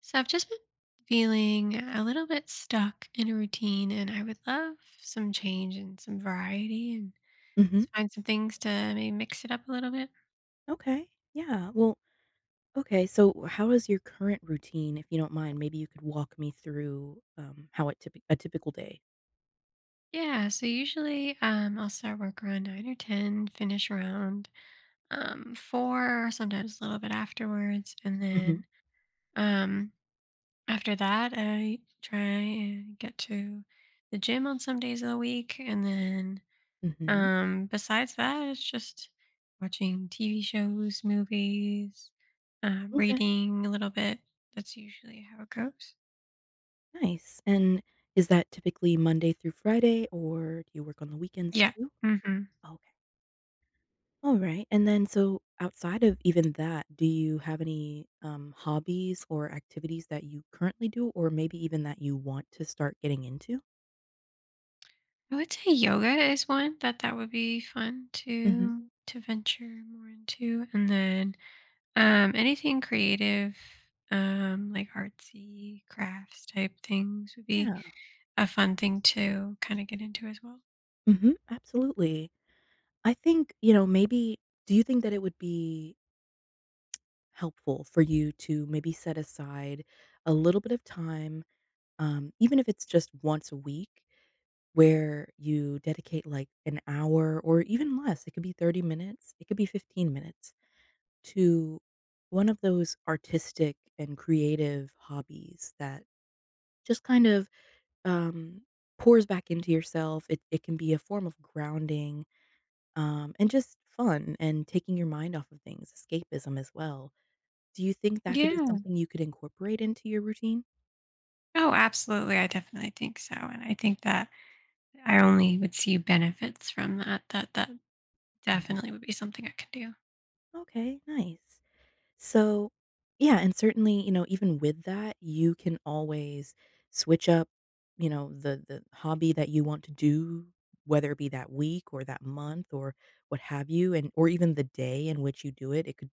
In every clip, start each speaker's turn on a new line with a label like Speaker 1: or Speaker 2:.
Speaker 1: So I've just been feeling a little bit stuck in a routine, and I would love some change and some variety and
Speaker 2: Mhm.
Speaker 1: find some things to maybe mix it up a little bit.
Speaker 2: Okay. Yeah. Well, okay. So, how is your current routine, if you don't mind? Maybe you could walk me through how a typical day.
Speaker 1: Yeah, so usually I'll start work around 9 or 10, finish around 4, sometimes a little bit afterwards. And
Speaker 2: Hmm.
Speaker 1: then um, after that, I try and get to the gym on some days of the week. And then
Speaker 2: Mhm.
Speaker 1: Besides that, it's just watching TV shows, movies,
Speaker 2: Okay.
Speaker 1: reading a little bit. That's usually how it goes.
Speaker 2: Nice. And is that typically Monday through Friday, or do you work on the weekends
Speaker 1: Yeah.
Speaker 2: too?
Speaker 1: Hmm.
Speaker 2: Okay. All right. And then, so outside of even that, do you have any hobbies or activities that you currently do, or maybe even that you want to start getting into?
Speaker 1: I would say yoga is one that would be fun
Speaker 2: Hmm.
Speaker 1: to venture more into, and then anything creative, like artsy crafts type things would be
Speaker 2: Yeah.
Speaker 1: a fun thing to kind of get into as well.
Speaker 2: Hmm. Absolutely. I think, maybe do you think that it would be helpful for you to maybe set aside a little bit of time, even if it's just once a week, where you dedicate like an hour or even less? It could be 30 minutes, it could be 15 minutes to one of those artistic and creative hobbies that just kind of um, pours back into yourself. It can be a form of grounding. And just fun and taking your mind off of things, escapism as well. Do you think that could be
Speaker 1: Yeah.
Speaker 2: something you could incorporate into your routine?
Speaker 1: Oh, absolutely. I definitely think so, and I think that I only would see benefits from that. That
Speaker 2: Mhm.
Speaker 1: definitely would be something I could do.
Speaker 2: Okay, nice. So, yeah, and certainly, even with that, you can always switch up, the hobby that you want to do, whether it be that week or that month or what have you, and or even the day in which you do it. It could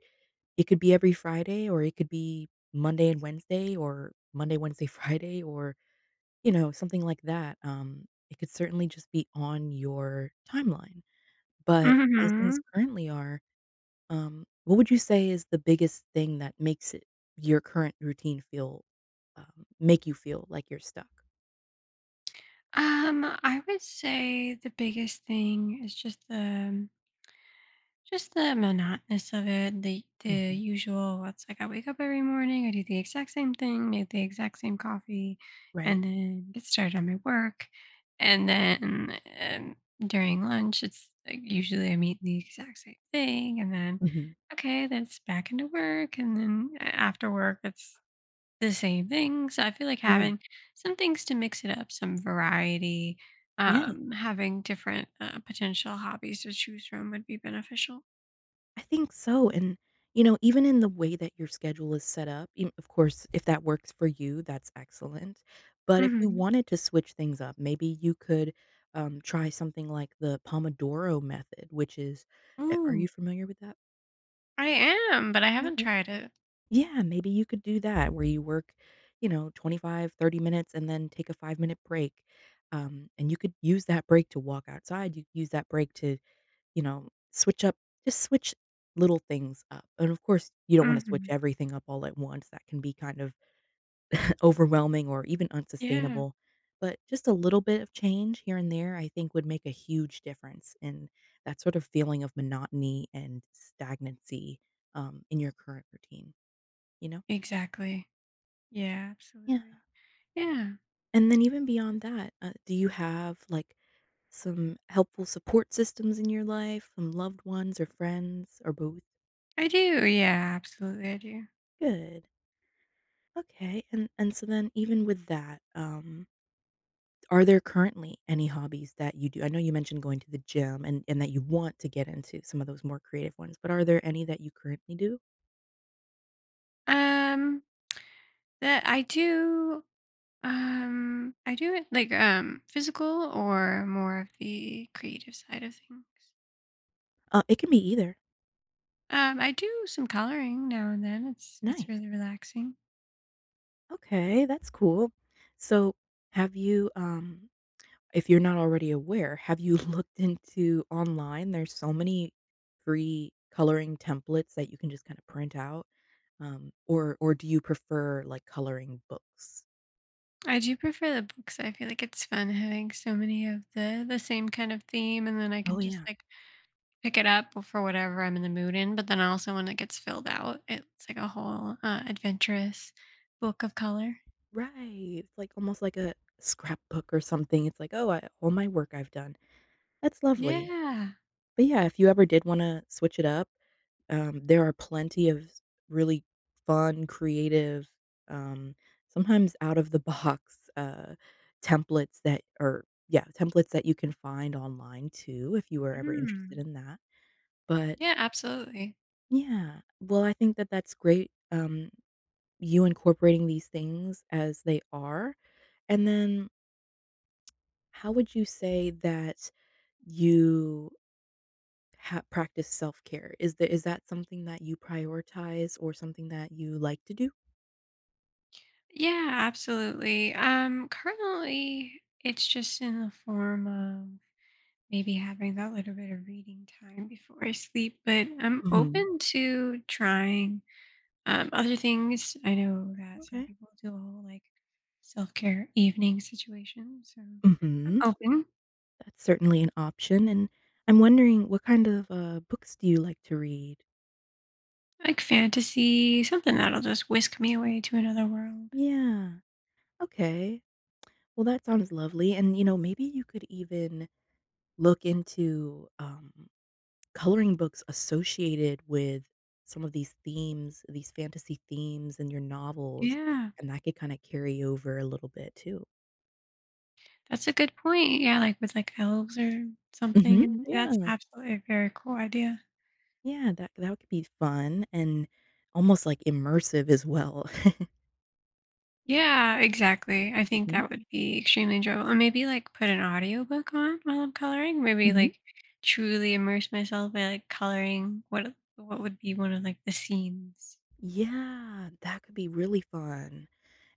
Speaker 2: it could be every Friday or it could be Monday and Wednesday or Monday, Wednesday, Friday or something like that. It could certainly just be on your timeline, but as things
Speaker 1: Mhm.
Speaker 2: currently are, what would you say is the biggest thing that makes it your current routine feel, make you feel like you're stuck?
Speaker 1: I would say the biggest thing is just the Just the monotonous of it, the
Speaker 2: Mhm.
Speaker 1: usual. It's like I wake up every morning, I do the exact same thing, make the exact same coffee,
Speaker 2: Right.
Speaker 1: and then get started on my work. And then during lunch, it's like usually I'm eating the exact same thing, and then
Speaker 2: Mhm.
Speaker 1: okay, then it's back into work, and then after work, it's the same thing. So I feel like
Speaker 2: Right.
Speaker 1: having some things to mix it up, some variety,
Speaker 2: Yeah.
Speaker 1: having different potential hobbies to choose from would be beneficial.
Speaker 2: I think so, and, even in the way that your schedule is set up, you of course, if that works for you, that's excellent, but if you
Speaker 1: Mhm.
Speaker 2: wanted to switch things up, maybe you could, try something like the Pomodoro method, which is a are you
Speaker 1: Ooh,
Speaker 2: familiar with that?
Speaker 1: I am, but I haven't
Speaker 2: Okay.
Speaker 1: tried it.
Speaker 2: Yeah, maybe you could do that where you work, 25, 30 minutes and then take a 5-minute break. And you could use that break to walk outside. You could use that break to switch up just switch little things up, and of course, you don't wanna switch
Speaker 1: Mhm.
Speaker 2: everything up all at once. That can be kind of overwhelming or even
Speaker 1: Yeah,
Speaker 2: unsustainable, but just a little bit of change here and there, I think, would make a huge difference in that sort of feeling of monotony and stagnancy, in your current routine, you know?
Speaker 1: exactly. Yeah,
Speaker 2: Yeah,
Speaker 1: absolutely. Yeah,
Speaker 2: and then even beyond that, do you have, like, some helpful support systems in your life, some loved ones or friends or both?
Speaker 1: I do. Yeah, absolutely, I do.
Speaker 2: Good. Okay, and so then even with that, are there currently any hobbies that you do? I know you mentioned going to the gym and that you want to get into some of those more creative ones, but are there any that you currently do?
Speaker 1: Um, that I do. I do it like physical or more of the creative side of things.
Speaker 2: It can be either.
Speaker 1: I do some coloring now and then. It's
Speaker 2: Nice.
Speaker 1: really relaxing.
Speaker 2: Okay, that's cool. So, have you if you're not already aware, have you looked into online? There's so many free coloring templates that you can just kind of print out. Or do you prefer like coloring books?
Speaker 1: I do prefer the books. I feel like it's fun having so many of the same kind of theme, and then I
Speaker 2: Oh
Speaker 1: can just
Speaker 2: yeah.
Speaker 1: like pick it up for whatever I'm in the mood in. But then also when it gets filled out, it's like a whole adventurous book of color.
Speaker 2: Right. It's like almost like a scrapbook or something. It's like, "Oh, I all my work I've done." That's lovely.
Speaker 1: Yeah.
Speaker 2: But yeah, if you ever did wanna switch it up, there are plenty of s really fun, creative, um, sometimes out of the box, templates that or yeah, templates that you can find online too, if you were ever interested
Speaker 1: Mm.
Speaker 2: in that. But
Speaker 1: Yeah, absolutely.
Speaker 2: yeah, well, I think that that's great, you incorporating these things as they are. And then how would you say that you ha practice self-care? Is the that something that you prioritize or something that you like to do?
Speaker 1: Yeah, absolutely. Currently it's just in the form of maybe having that little bit of reading time before I sleep, but I'm
Speaker 2: Mhm.
Speaker 1: open to trying other things. I know that some
Speaker 2: Okay.
Speaker 1: people do a whole like self-care evening situation, so I'm
Speaker 2: Mhm.
Speaker 1: open.
Speaker 2: That's certainly an option, and I'm wondering what kind of, books do you like to read?
Speaker 1: Like fantasy, something that'll just whisk me away to another world.
Speaker 2: Yeah. Okay. Well, that sounds lovely, and, maybe you could even look into, coloring books associated with some of these themes, these fantasy themes in your novels,
Speaker 1: Yeah,
Speaker 2: and that could kinda carry over a little bit too.
Speaker 1: that's a good point. Yeah, like with like elves or something. Mhm.
Speaker 2: Mhm.
Speaker 1: and That's
Speaker 2: Yeah.
Speaker 1: absolutely a very cool idea.
Speaker 2: Yeah, that that could be fun and almost, like, immersive as well.
Speaker 1: Yeah, exactly. I think
Speaker 2: Mhm.
Speaker 1: that would be extremely enjoyable. And maybe like put an audiobook on while I'm coloring. Maybe
Speaker 2: Mhm.
Speaker 1: like truly immerse myself by like coloring what would be one of like the scenes.
Speaker 2: Yeah, that could be really fun.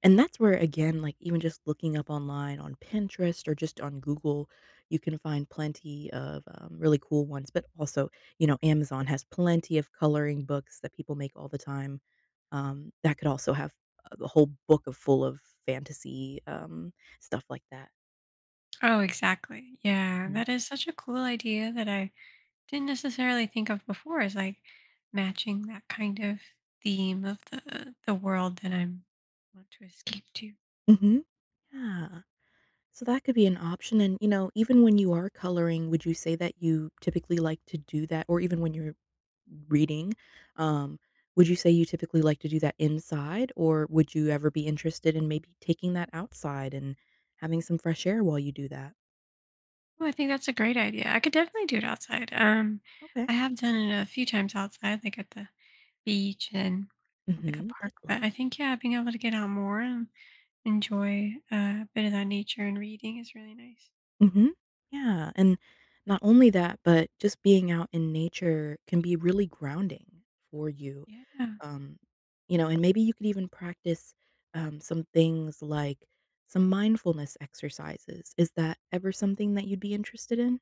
Speaker 2: And that's where, again, like even just looking up online on Pinterest or just on Google, you can find plenty of really cool ones. But also, Amazon has plenty of coloring books that people make all the time. That could also have a whole book of full of fantasy stuff like that.
Speaker 1: Oh, exactly. Yeah,
Speaker 2: Mm.
Speaker 1: that is such a cool idea that I didn't necessarily think of before is like matching that kind of theme of the world that I'm want to escape to.
Speaker 2: Mm-hmm. Yeah. So that could be an option and, even when you are coloring, would you say that you typically like to do that or even when you're reading, um, would you say you typically like to do that inside, or would you ever be interested in maybe taking that outside and having some fresh air while you do that?
Speaker 1: Well, I think that's a great idea. I could definitely do it outside.
Speaker 2: Okay.
Speaker 1: I have done it a few times outside, like at the beach and like a
Speaker 2: Mhm.
Speaker 1: park.
Speaker 2: That's
Speaker 1: But
Speaker 2: lovely.
Speaker 1: I think yeah, being able to get out more and enjoy a bit of that nature and reading is really nice.
Speaker 2: Mhm. Yeah, and not only that, but just being out in nature can be really grounding for you.
Speaker 1: Yeah,
Speaker 2: Um, and maybe you could even practice some things like some mindfulness exercises. Is that ever something that you'd be interested in?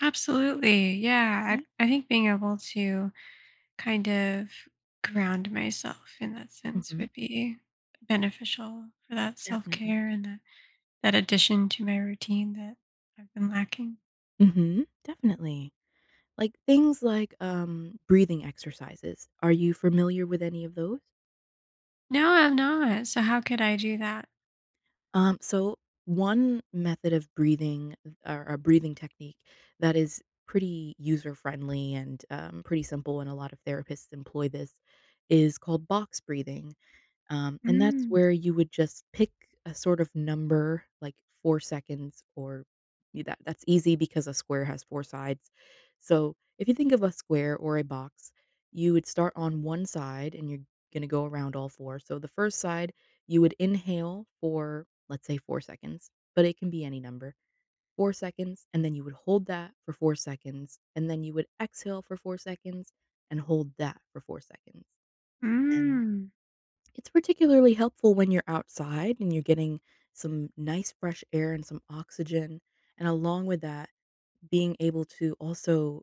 Speaker 1: absolutely. Yeah,
Speaker 2: Okay.
Speaker 1: I think being able to kind of ground myself in that sense
Speaker 2: Hmm.
Speaker 1: would be beneficial for that self
Speaker 2: Definitely.
Speaker 1: care and that, that addition to my routine that I've been lacking.
Speaker 2: Hmm. Definitely. Like things like breathing exercises. Are you familiar with any of those?
Speaker 1: No, I'm not. So, how could I do that?
Speaker 2: So one method of breathing or a breathing technique that is pretty user friendly and pretty simple, and a lot of therapists employ this is called box breathing. And that's
Speaker 1: Mm.
Speaker 2: where you would just pick a sort of number, like 4 seconds or y that that's easy because a square has 4 sides. So, if you think of a square or a box, you would start on one side and you're gonna go around all 4. So, the first side, you would inhale for, let's say, 4 seconds, but it can be any number. 4 seconds, and then you would hold that for 4 seconds, and then you would exhale for 4 seconds and hold that for 4 seconds, and
Speaker 1: Mm.
Speaker 2: it's particularly helpful when you're outside and you're getting some nice fresh air and some oxygen. And along with that, being able to also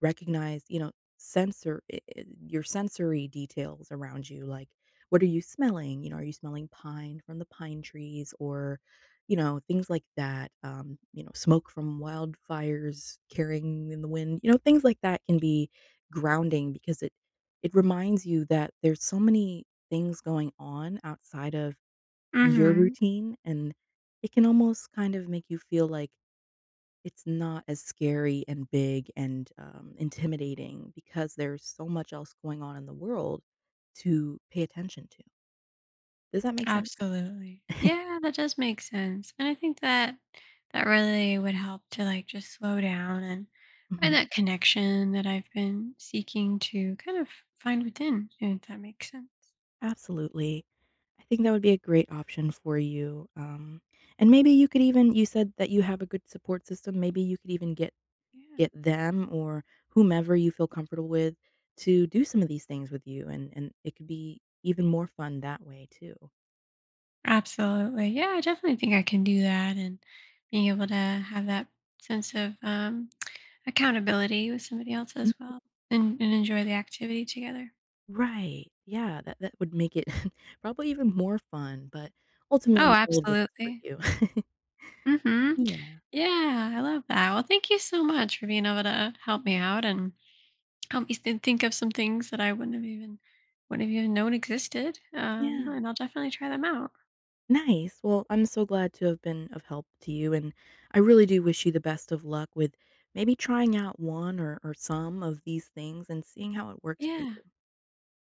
Speaker 2: recognize, sensor I your sensory details around you, like, what are you smelling? Are you smelling pine from the pine trees or, things like that, smoke from wildfires carrying in the wind, things like that can be grounding because it reminds you that there's so many things going on outside of your
Speaker 1: Mm-hmm.
Speaker 2: routine, and it can almost kind of make you feel like it's not as scary and big and, intimidating because there's so much else going on in the world to pay attention to. Does that make sense?
Speaker 1: Absolutely. Yeah, that does make sense. And I think that that really would help to like just slow down and find
Speaker 2: Mhm.
Speaker 1: that connection that I've been seeking to kind of find within, if that makes sense.
Speaker 2: Absolutely. I think that would be a great option for you, and maybe you could even you said that you have a good support system. Maybe you could even get
Speaker 1: Yeah.
Speaker 2: them or whomever you feel comfortable with to do some of these things with you, and it could be even more fun that way too.
Speaker 1: Absolutely. Yeah, I definitely think I can do that and being able to have that sense of accountability with somebody else as well and enjoy the activity together.
Speaker 2: Right, yeah, that that would make it probably even more fun, but
Speaker 1: Oh,
Speaker 2: ultimately all of this is for
Speaker 1: absolutely.
Speaker 2: you.
Speaker 1: Hmm.
Speaker 2: Yeah,
Speaker 1: Yeah, I love that. Well, thank you so much for being able to help me out and help me think of some things that I wouldn't have even known existed.
Speaker 2: yeah,
Speaker 1: And I'll definitely try them out.
Speaker 2: nice, well, I'm so glad to have been of help to you, and I really do wish you the best of luck with maybe trying out one or some of these things and seeing how it works for
Speaker 1: Yeah,
Speaker 2: you.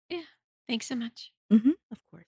Speaker 1: yeah. Thanks so much.
Speaker 2: Mhm, of course.